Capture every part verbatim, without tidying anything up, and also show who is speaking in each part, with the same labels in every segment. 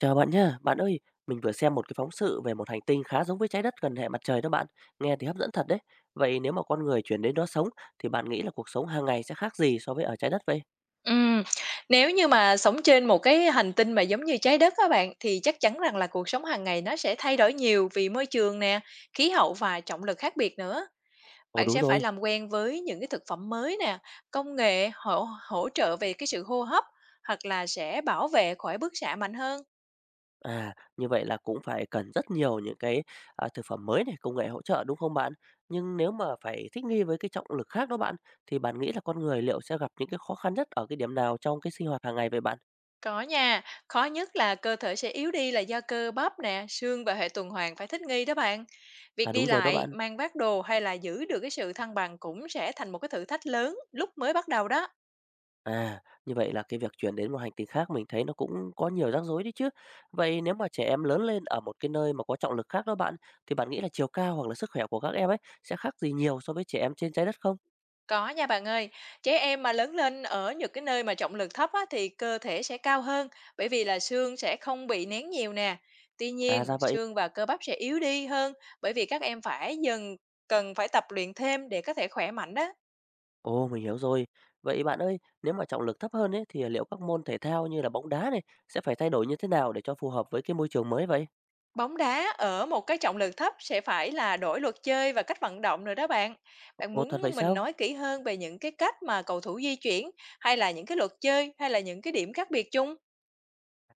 Speaker 1: Chào bạn nhá. Bạn ơi, mình vừa xem một cái phóng sự về một hành tinh khá giống với trái đất gần hệ mặt trời đó bạn. Nghe thì hấp dẫn thật đấy. Vậy nếu mà con người chuyển đến đó sống thì bạn nghĩ là cuộc sống hàng ngày sẽ khác gì so với ở trái đất vậy?
Speaker 2: Ừm, Nếu như mà sống trên một cái hành tinh mà giống như Trái Đất các bạn, thì chắc chắn rằng là cuộc sống hàng ngày nó sẽ thay đổi nhiều vì môi trường nè, khí hậu và trọng lực khác biệt nữa.
Speaker 1: Ồ,
Speaker 2: Bạn
Speaker 1: đúng
Speaker 2: sẽ phải
Speaker 1: rồi.
Speaker 2: làm quen với những cái thực phẩm mới nè, công nghệ hỗ hỗ trợ về cái sự hô hấp hoặc là sẽ bảo vệ khỏi bức xạ mạnh hơn.
Speaker 1: À, như vậy là cũng phải cần rất nhiều những cái à, thực phẩm mới này, công nghệ hỗ trợ đúng không bạn? Nhưng nếu mà phải thích nghi với cái trọng lực khác đó bạn, thì bạn nghĩ là con người liệu sẽ gặp những cái khó khăn nhất ở cái điểm nào trong cái sinh hoạt hàng ngày vậy bạn?
Speaker 2: Có nha, khó nhất là cơ thể sẽ yếu đi là do cơ bắp nè, xương và hệ tuần hoàn phải thích nghi đó bạn. Việc
Speaker 1: À,
Speaker 2: đi
Speaker 1: đúng rồi đó
Speaker 2: lại,
Speaker 1: bạn.
Speaker 2: mang vác đồ hay là giữ được cái sự thăng bằng cũng sẽ thành một cái thử thách lớn lúc mới bắt đầu đó.
Speaker 1: À, như vậy là cái việc chuyển đến một hành tinh khác mình thấy nó cũng có nhiều rắc rối đấy chứ. Vậy nếu mà trẻ em lớn lên ở một cái nơi mà có trọng lực khác đó bạn, thì bạn nghĩ là chiều cao hoặc là sức khỏe của các em ấy sẽ khác gì nhiều so với trẻ em trên trái đất không?
Speaker 2: Có nha bạn ơi, trẻ em mà lớn lên ở những cái nơi mà trọng lực thấp á, thì cơ thể sẽ cao hơn bởi vì là xương sẽ không bị nén nhiều nè. Tuy
Speaker 1: À,
Speaker 2: nhiên,
Speaker 1: ra vậy.
Speaker 2: xương và cơ bắp sẽ yếu đi hơn bởi vì các em phải dần cần phải tập luyện thêm để có thể khỏe mạnh đó.
Speaker 1: Ồ, mình hiểu rồi. Vậy bạn ơi, nếu mà trọng lực thấp hơn ấy thì liệu các môn thể thao như là bóng đá này sẽ phải thay đổi như thế nào để cho phù hợp với cái môi trường mới vậy?
Speaker 2: Bóng đá ở một cái trọng lực thấp sẽ phải là đổi luật chơi và cách vận động rồi đó bạn. Bạn
Speaker 1: Ồ, thật vậy
Speaker 2: muốn mình
Speaker 1: sao?
Speaker 2: nói kỹ hơn về những cái cách mà cầu thủ di chuyển hay là những cái luật chơi hay là những cái điểm khác biệt chung?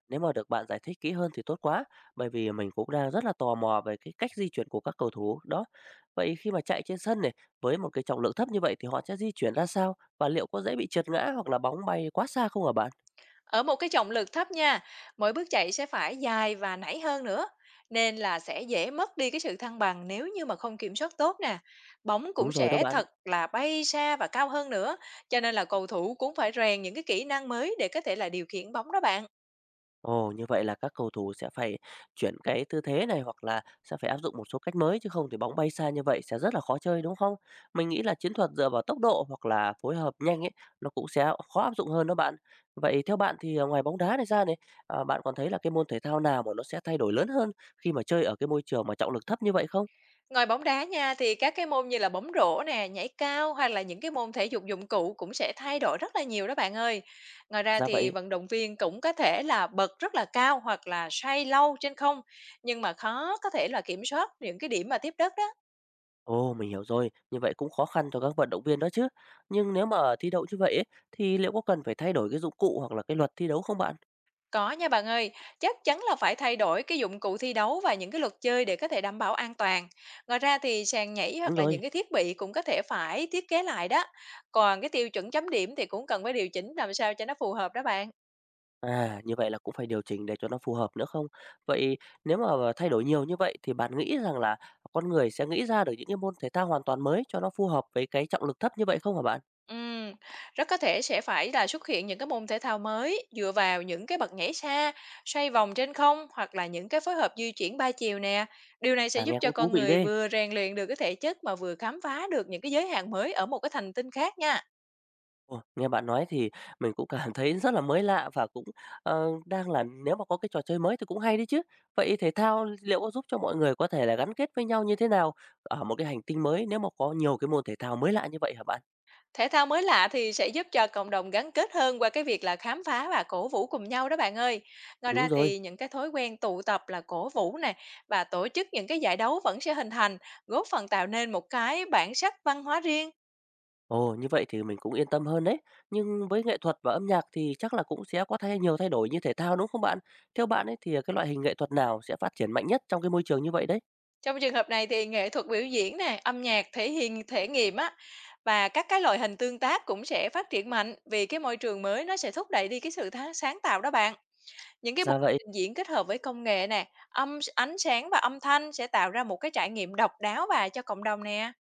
Speaker 1: Nếu mà được bạn giải thích kỹ hơn thì tốt quá, bởi vì mình cũng đang rất là tò mò về cái cách di chuyển của các cầu thủ đó. Vậy khi mà chạy trên sân này với một cái trọng lượng thấp như vậy thì họ sẽ di chuyển ra sao, và liệu có dễ bị trượt ngã hoặc là bóng bay quá xa không hả bạn?
Speaker 2: Ở một cái trọng lực thấp nha, mỗi bước chạy sẽ phải dài và nảy hơn nữa. Nên là sẽ dễ mất đi cái sự thăng bằng nếu như mà không kiểm soát tốt nè. Bóng
Speaker 1: Đúng
Speaker 2: cũng
Speaker 1: rồi đó
Speaker 2: sẽ
Speaker 1: bạn.
Speaker 2: thật là bay xa và cao hơn nữa. Cho nên là cầu thủ cũng phải rèn những cái kỹ năng mới để có thể là điều khiển bóng đó bạn.
Speaker 1: Ồ, như vậy là các cầu thủ sẽ phải chuyển cái tư thế này, hoặc là sẽ phải áp dụng một số cách mới, chứ không thì bóng bay xa như vậy sẽ rất là khó chơi đúng không? Mình nghĩ là chiến thuật dựa vào tốc độ hoặc là phối hợp nhanh ấy nó cũng sẽ khó áp dụng hơn đó bạn. Vậy theo bạn thì à, ngoài bóng đá này ra này, à, bạn còn thấy là cái môn thể thao nào mà nó sẽ thay đổi lớn hơn khi mà chơi ở cái môi trường mà trọng lực thấp như vậy không?
Speaker 2: Ngoài bóng đá nha, thì các cái môn như là bóng rổ nè, nhảy cao hoặc là những cái môn thể dục dụng cụ cũng sẽ thay đổi rất là nhiều đó bạn ơi. Ngoài ra
Speaker 1: Ra
Speaker 2: thì
Speaker 1: vậy.
Speaker 2: vận động viên cũng có thể là bật rất là cao hoặc là xoay lâu trên không, nhưng mà khó có thể là kiểm soát những cái điểm mà tiếp đất đó.
Speaker 1: Ồ, mình hiểu rồi. Như vậy cũng khó khăn cho các vận động viên đó chứ. Nhưng nếu mà thi đấu như vậy ấy, thì liệu có cần phải thay đổi cái dụng cụ hoặc là cái luật thi đấu không bạn?
Speaker 2: Có nha bạn ơi, chắc chắn là phải thay đổi cái dụng cụ thi đấu và những cái luật chơi để có thể đảm bảo an toàn. Ngoài ra thì sàn nhảy hoặc
Speaker 1: Đúng
Speaker 2: là
Speaker 1: rồi.
Speaker 2: những cái thiết bị cũng có thể phải thiết kế lại đó. Còn cái tiêu chuẩn chấm điểm thì cũng cần phải điều chỉnh làm sao cho nó phù hợp đó bạn.
Speaker 1: À, như vậy là cũng phải điều chỉnh để cho nó phù hợp nữa không? Vậy nếu mà thay đổi nhiều như vậy thì bạn nghĩ rằng là con người sẽ nghĩ ra được những cái môn thể thao hoàn toàn mới cho nó phù hợp với cái trọng lực thấp như vậy không hả bạn?
Speaker 2: Ừm, Rất có thể sẽ phải là xuất hiện những cái môn thể thao mới dựa vào những cái bật nhảy xa, xoay vòng trên không hoặc là những cái phối hợp di chuyển ba chiều nè. Điều này sẽ
Speaker 1: À,
Speaker 2: giúp
Speaker 1: nghe
Speaker 2: cho
Speaker 1: cũng thú
Speaker 2: con
Speaker 1: vị
Speaker 2: người
Speaker 1: ghê.
Speaker 2: vừa rèn luyện được cái thể chất mà vừa khám phá được những cái giới hạn mới ở một cái thành tinh khác nha.
Speaker 1: Ồ, nghe bạn nói thì mình cũng cảm thấy rất là mới lạ, và cũng ờ, đang là nếu mà có cái trò chơi mới thì cũng hay đấy chứ. Vậy thể thao liệu có giúp cho mọi người có thể là gắn kết với nhau như thế nào ở một cái hành tinh mới, nếu mà có nhiều cái môn thể thao mới lạ như vậy hả bạn?
Speaker 2: Thể thao mới lạ thì sẽ giúp cho cộng đồng gắn kết hơn qua cái việc là khám phá và cổ vũ cùng nhau đó bạn ơi. Ngoài
Speaker 1: Đúng
Speaker 2: ra
Speaker 1: rồi.
Speaker 2: thì những cái thói quen tụ tập là cổ vũ này và tổ chức những cái giải đấu vẫn sẽ hình thành, góp phần tạo nên một cái bản sắc văn hóa riêng
Speaker 1: Ồ, như vậy thì mình cũng yên tâm hơn đấy. Nhưng với nghệ thuật và âm nhạc thì chắc là cũng sẽ có thay nhiều thay đổi như thể thao đúng không bạn? Theo bạn ấy thì à, cái loại hình nghệ thuật nào sẽ phát triển mạnh nhất trong cái môi trường như vậy đấy?
Speaker 2: Trong trường hợp này thì nghệ thuật biểu diễn nè, âm nhạc thể hiện thể nghiệm á và các cái loại hình tương tác cũng sẽ phát triển mạnh vì cái môi trường mới nó sẽ thúc đẩy đi cái sự tha- sáng tạo đó bạn. Những cái buổi
Speaker 1: Ra vậy.
Speaker 2: trình diễn kết hợp với công nghệ nè, âm ánh sáng và âm thanh sẽ tạo ra một cái trải nghiệm độc đáo và cho cộng đồng nè.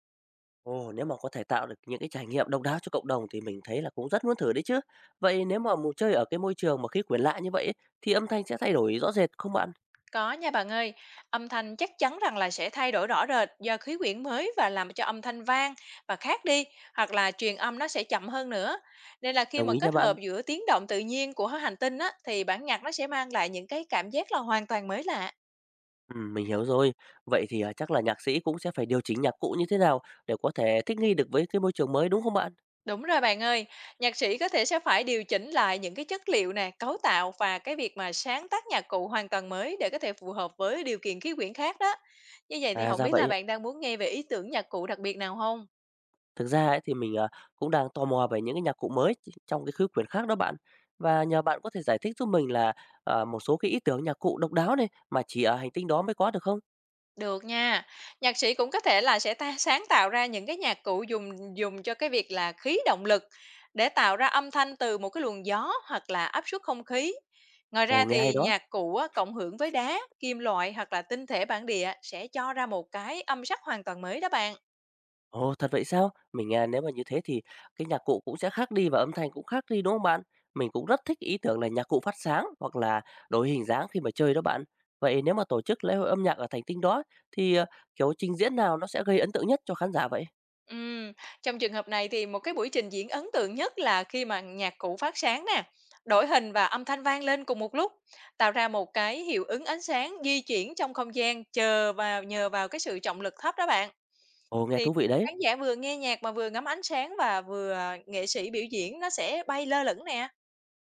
Speaker 1: Ồ, nếu mà có thể tạo được những cái trải nghiệm độc đáo cho cộng đồng thì mình thấy là cũng rất muốn thử đấy chứ. Vậy nếu mà muốn chơi ở cái môi trường mà khí quyển lạ như vậy ấy, thì âm thanh sẽ thay đổi rõ rệt không bạn?
Speaker 2: Có nha bạn ơi, âm thanh chắc chắn rằng là sẽ thay đổi rõ rệt do khí quyển mới và làm cho âm thanh vang và khác đi, hoặc là truyền âm nó sẽ chậm hơn nữa. Nên là khi
Speaker 1: Đồng
Speaker 2: mà
Speaker 1: ý nha
Speaker 2: kết
Speaker 1: bạn.
Speaker 2: hợp giữa tiếng động tự nhiên của hành tinh á, thì bản nhạc nó sẽ mang lại những cái cảm giác là hoàn toàn mới lạ.
Speaker 1: Ừ, mình hiểu rồi. Vậy thì à, chắc là nhạc sĩ cũng sẽ phải điều chỉnh nhạc cụ như thế nào để có thể thích nghi được với cái môi trường mới đúng không bạn?
Speaker 2: Đúng rồi bạn ơi, nhạc sĩ có thể sẽ phải điều chỉnh lại những cái chất liệu nè, cấu tạo và cái việc mà sáng tác nhạc cụ hoàn toàn mới để có thể phù hợp với điều kiện khí quyển khác đó. Như vậy thì
Speaker 1: À,
Speaker 2: không
Speaker 1: ra
Speaker 2: biết là
Speaker 1: vậy.
Speaker 2: bạn đang muốn nghe về ý tưởng nhạc cụ đặc biệt nào không?
Speaker 1: Thực ra ấy thì mình, à, cũng đang tò mò về những cái nhạc cụ mới ch trong cái khứ quyển khác đó bạn. Và nhờ bạn có thể giải thích giúp mình là, ờ, một số cái ý tưởng nhạc cụ độc đáo này, mà chỉ ở hành tinh đó mới có được không?
Speaker 2: Được nha. Nhạc sĩ cũng có thể là sẽ ta sáng tạo ra những cái nhạc cụ dùng dùng cho cái việc là khí động lực để tạo ra âm thanh từ một cái luồng gió hoặc là áp suất không khí. Ngoài
Speaker 1: Ồ,
Speaker 2: ra
Speaker 1: nghe hay
Speaker 2: thì
Speaker 1: đó!
Speaker 2: nhạc cụ á, cộng hưởng với đá, kim loại hoặc là tinh thể bản địa sẽ cho ra một cái âm sắc hoàn toàn mới đó bạn.
Speaker 1: Ồ, thật vậy sao? Mình, à, nếu mà như thế thì cái nhạc cụ cũng sẽ khác đi và âm thanh cũng khác đi, đúng không bạn? Mình cũng rất thích ý tưởng là nhạc cụ phát sáng hoặc là đổi hình dáng khi mà chơi đó bạn. Vậy nếu mà tổ chức lễ hội âm nhạc ở hành tinh đó thì, ờ, kiểu, trình diễn nào nó sẽ gây ấn tượng nhất cho khán giả vậy?
Speaker 2: Ừm, Trong trường hợp này thì một cái buổi trình diễn ấn tượng nhất là khi mà nhạc cụ phát sáng nè, đổi hình và âm thanh vang lên cùng một lúc, tạo ra một cái hiệu ứng ánh sáng di chuyển trong không gian chờ vào nhờ vào cái sự trọng lực thấp đó bạn.
Speaker 1: Ồ, nghe
Speaker 2: Thì
Speaker 1: thú vị đấy!
Speaker 2: khán giả vừa nghe nhạc mà vừa ngắm ánh sáng và vừa nghệ sĩ biểu diễn nó sẽ bay lơ lửng nè.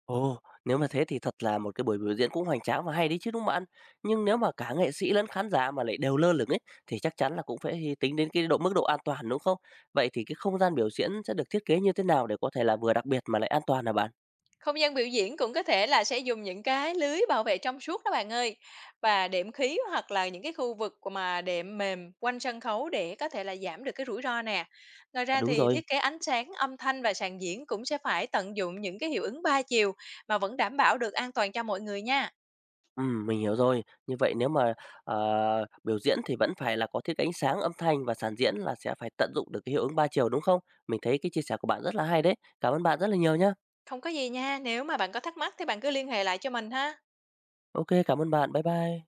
Speaker 1: Ồ, nếu mà thế thì thật là một cái buổi biểu diễn cũng hoành tráng và hay đấy chứ, đúng không bạn? Nhưng nếu mà cả nghệ sĩ lẫn khán giả mà lại đều lơ lửng ấy, thì chắc chắn là cũng phải hy- tính đến cái độ mức độ an toàn, đúng không? Vậy thì cái không gian biểu diễn sẽ được thiết kế như thế nào để có thể là vừa đặc biệt mà lại an toàn hả bạn?
Speaker 2: Không gian biểu diễn cũng có thể là sẽ dùng những cái lưới bảo vệ trong suốt đó bạn ơi. Và đệm khí hoặc là những cái khu vực của mà đệm mềm quanh sân khấu để có thể là giảm được cái rủi ro nè. Ngoài
Speaker 1: À,
Speaker 2: ra
Speaker 1: đúng
Speaker 2: thì
Speaker 1: rồi.
Speaker 2: thiết kế ánh sáng, âm thanh và sàn diễn cũng sẽ phải tận dụng những cái hiệu ứng ba chiều mà vẫn đảm bảo được an toàn cho mọi người nha.
Speaker 1: Ừ, mình hiểu rồi. Như vậy nếu mà ờ, biểu diễn thì vẫn phải là có thiết kế ánh sáng, âm thanh và sàn diễn là sẽ phải tận dụng được cái hiệu ứng ba chiều đúng không? Mình thấy cái chia sẻ của bạn rất là hay đấy. Cảm ơn bạn rất là nhiều nhá.
Speaker 2: Không có gì nha, nếu mà bạn có thắc mắc thì bạn cứ liên hệ lại cho mình ha.
Speaker 1: Ok, cảm ơn bạn. Bye bye.